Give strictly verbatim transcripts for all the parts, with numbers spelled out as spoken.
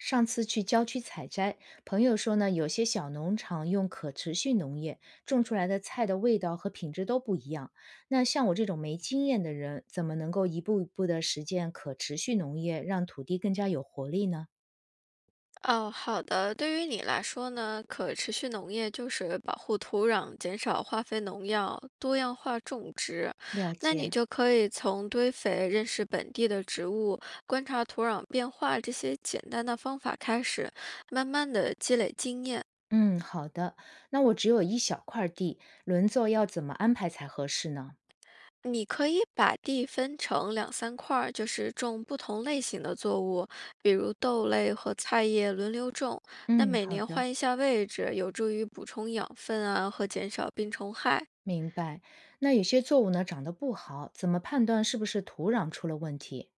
上次去郊区采摘，朋友说呢，有些小农场用可持续农业种出来的菜的味道和品质都不一样。那像我这种没经验的人，怎么能够一步一步地实践可持续农业，让土地更加有活力呢？哦，好的。对于你来说呢，可持续农业就是保护土壤、减少化肥农药、多样化种植。了那你解，就可以从堆肥、认识本地的植物、观察土壤变化这些简单的方法开始，慢慢的积累经验。嗯，好的。那我只有一小块儿地，轮作要怎么安排才合适呢？你可以把地分成两三块儿，就是种不同类型的作物，比如豆类和菜叶轮流种。那嗯，每好年的，换一下位置，有助于补充养分啊和减少病虫害。明白。那有些作物呢长得不好，怎么判断是不是土壤出了问题？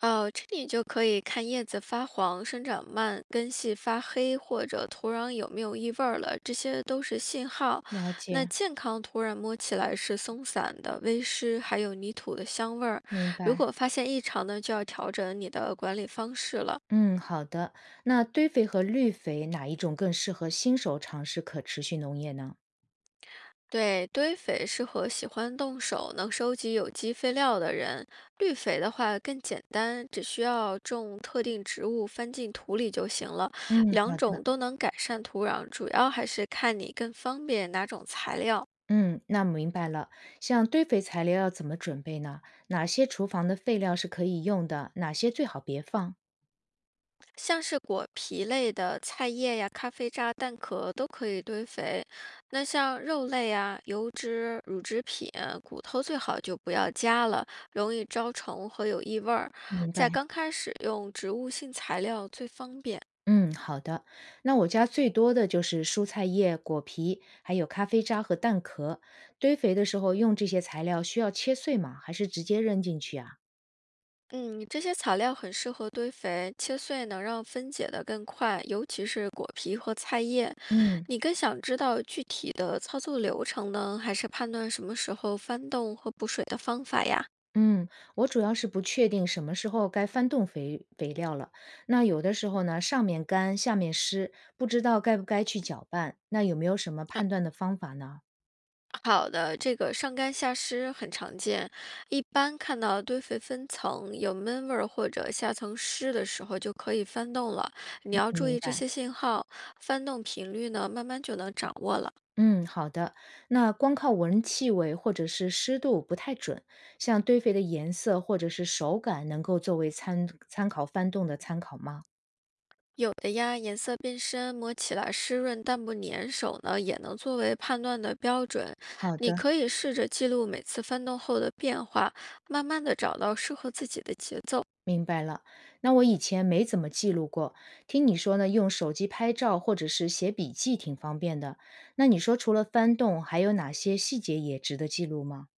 哦，这里就可以看叶子发黄、生长慢、根系发黑，或者土壤有没有异味儿了，这些都是信号。了那解。健康土壤摸起来是松散的、微湿，还有泥土的香味儿。明如白。果发现异常呢，就要调整你的管理方式了。嗯，好的。那堆肥和绿肥哪一种更适合新手尝试可持续农业呢？对，堆肥适合喜欢动手、能收集有机废料的人。绿肥的话更简单，只需要种特定植物，翻进土里就行了。嗯，好两种的。都能改善土壤，主要还是看你更方便哪种材料。嗯，那明白了。像堆肥材料要怎么准备呢？哪些厨房的废料是可以用的？哪些最好别放？像是果皮类的菜叶呀、咖啡渣、蛋壳都可以堆肥。那像肉类啊、油脂、乳制品、骨头最好就不要加了，容易招虫和有异味儿。明在白。刚开始用植物性材料最方便。嗯，好的。那我家最多的就是蔬菜叶、果皮，还有咖啡渣和蛋壳。堆肥的时候用这些材料需要切碎吗？还是直接扔进去啊？嗯，这些材料很适合堆肥，切碎能让分解的更快，尤其是果皮和菜叶。嗯你更想知道具体的操作流程呢，还是判断什么时候翻动和补水的方法呀？嗯，我主要是不确定什么时候该翻动肥肥料了。那有的时候呢，上面干，下面湿，不知道该不该去搅拌。那有没有什么判断的方法呢？好的，这个上干下湿很常见，一般看到堆肥分层有闷味儿或者下层湿的时候，就可以翻动了。你要注明意这白。些信号，翻动频率呢，慢慢就能掌握了。嗯，好的。那光靠闻气味或者是湿度不太准，像堆肥的颜色或者是手感，能够作为参参考翻动的参考吗？有的呀，颜色变深，摸起来湿润但不粘手呢，也能作为判断的标准。好你的，可以试着记录每次翻动后的变化，慢慢的找到适合自己的节奏。明白了，那我以前没怎么记录过，听你说呢，用手机拍照或者是写笔记挺方便的。那你说除了翻动，还有哪些细节也值得记录吗？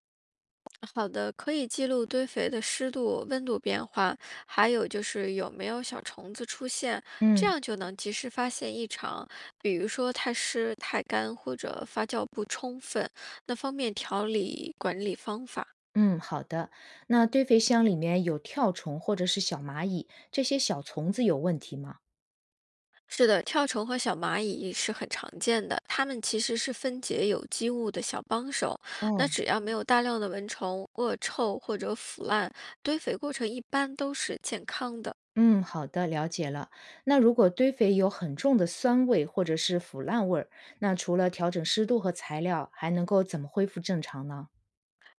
好的，可以记录堆肥的湿度、温度变化，还有就是有没有小虫子出现，这嗯样就能及时发现异常。比如说太湿、太干或者发酵不充分，那方便调理管理方法。嗯，好的。那堆肥箱里面有跳虫或者是小蚂蚁，这些小虫子有问题吗？是的，跳虫和小蚂蚁是很常见的，它们其实是分解有机物的小帮手。那哦，只要没有大量的蚊虫、恶臭或者腐烂，堆肥过程一般都是健康的。嗯，好的，了解了。那如果堆肥有很重的酸味或者是腐烂味儿，那除了调整湿度和材料，还能够怎么恢复正常呢？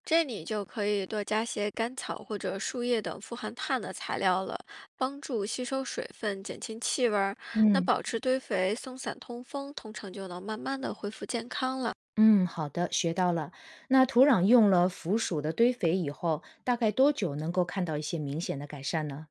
这里就可以多加些甘草或者树叶等富含碳的材料了，帮助吸收水分，减轻气味儿。那嗯。保持堆肥、松散通风，通常就能慢慢的恢复健康了。嗯，好的，学到了。那土壤用了腐鼠的堆肥以后，大概多久能够看到一些明显的改善呢？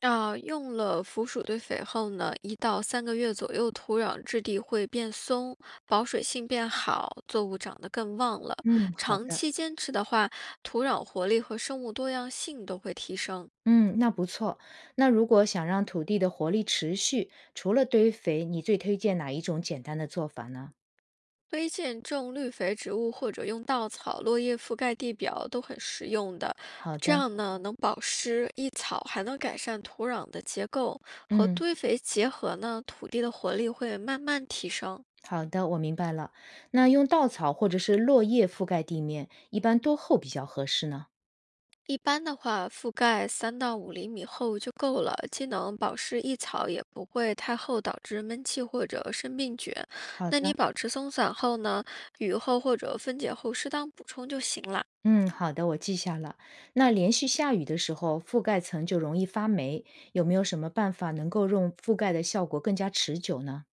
啊，用了腐鼠堆肥后呢，一到三个月左右，土壤质地会变松，保水性变好，作物长得更旺了。嗯，好长的。期坚持的话，土壤活力和生物多样性都会提升。嗯，那不错。那如果想让土地的活力持续，除了堆肥，你最推荐哪一种简单的做法呢？推荐种绿肥植物或者用稻草、落叶覆盖地表都很实用的，好这的，样呢能保湿益草，还能改善土壤的结构。和嗯，堆肥结合呢，土地的活力会慢慢提升。好的，我明白了。那用稻草或者是落叶覆盖地面，一般多厚比较合适呢？一般的话，覆盖三到五厘米厚就够了，既能保湿益草，也不会太厚导致闷气或者生病菌。好那的。你保持松散后呢，雨后或者分解后适当补充就行了。嗯，好的，我记下了。那连续下雨的时候，覆盖层就容易发霉，有没有什么办法能够让覆盖的效果更加持久呢？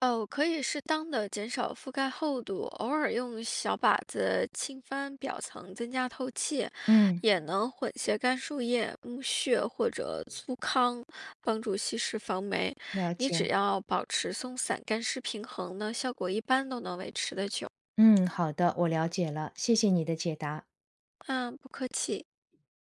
哦，可以适当的减少覆盖厚度，偶尔用小把子轻翻表层，增加透气，嗯，也能混些干树叶、木屑或者粗糠，帮助吸湿防霉。了你只解。要保持松散干湿平衡呢，效果一般都能维持的久。嗯，好的，我了解了，谢谢你的解答。嗯，不客气。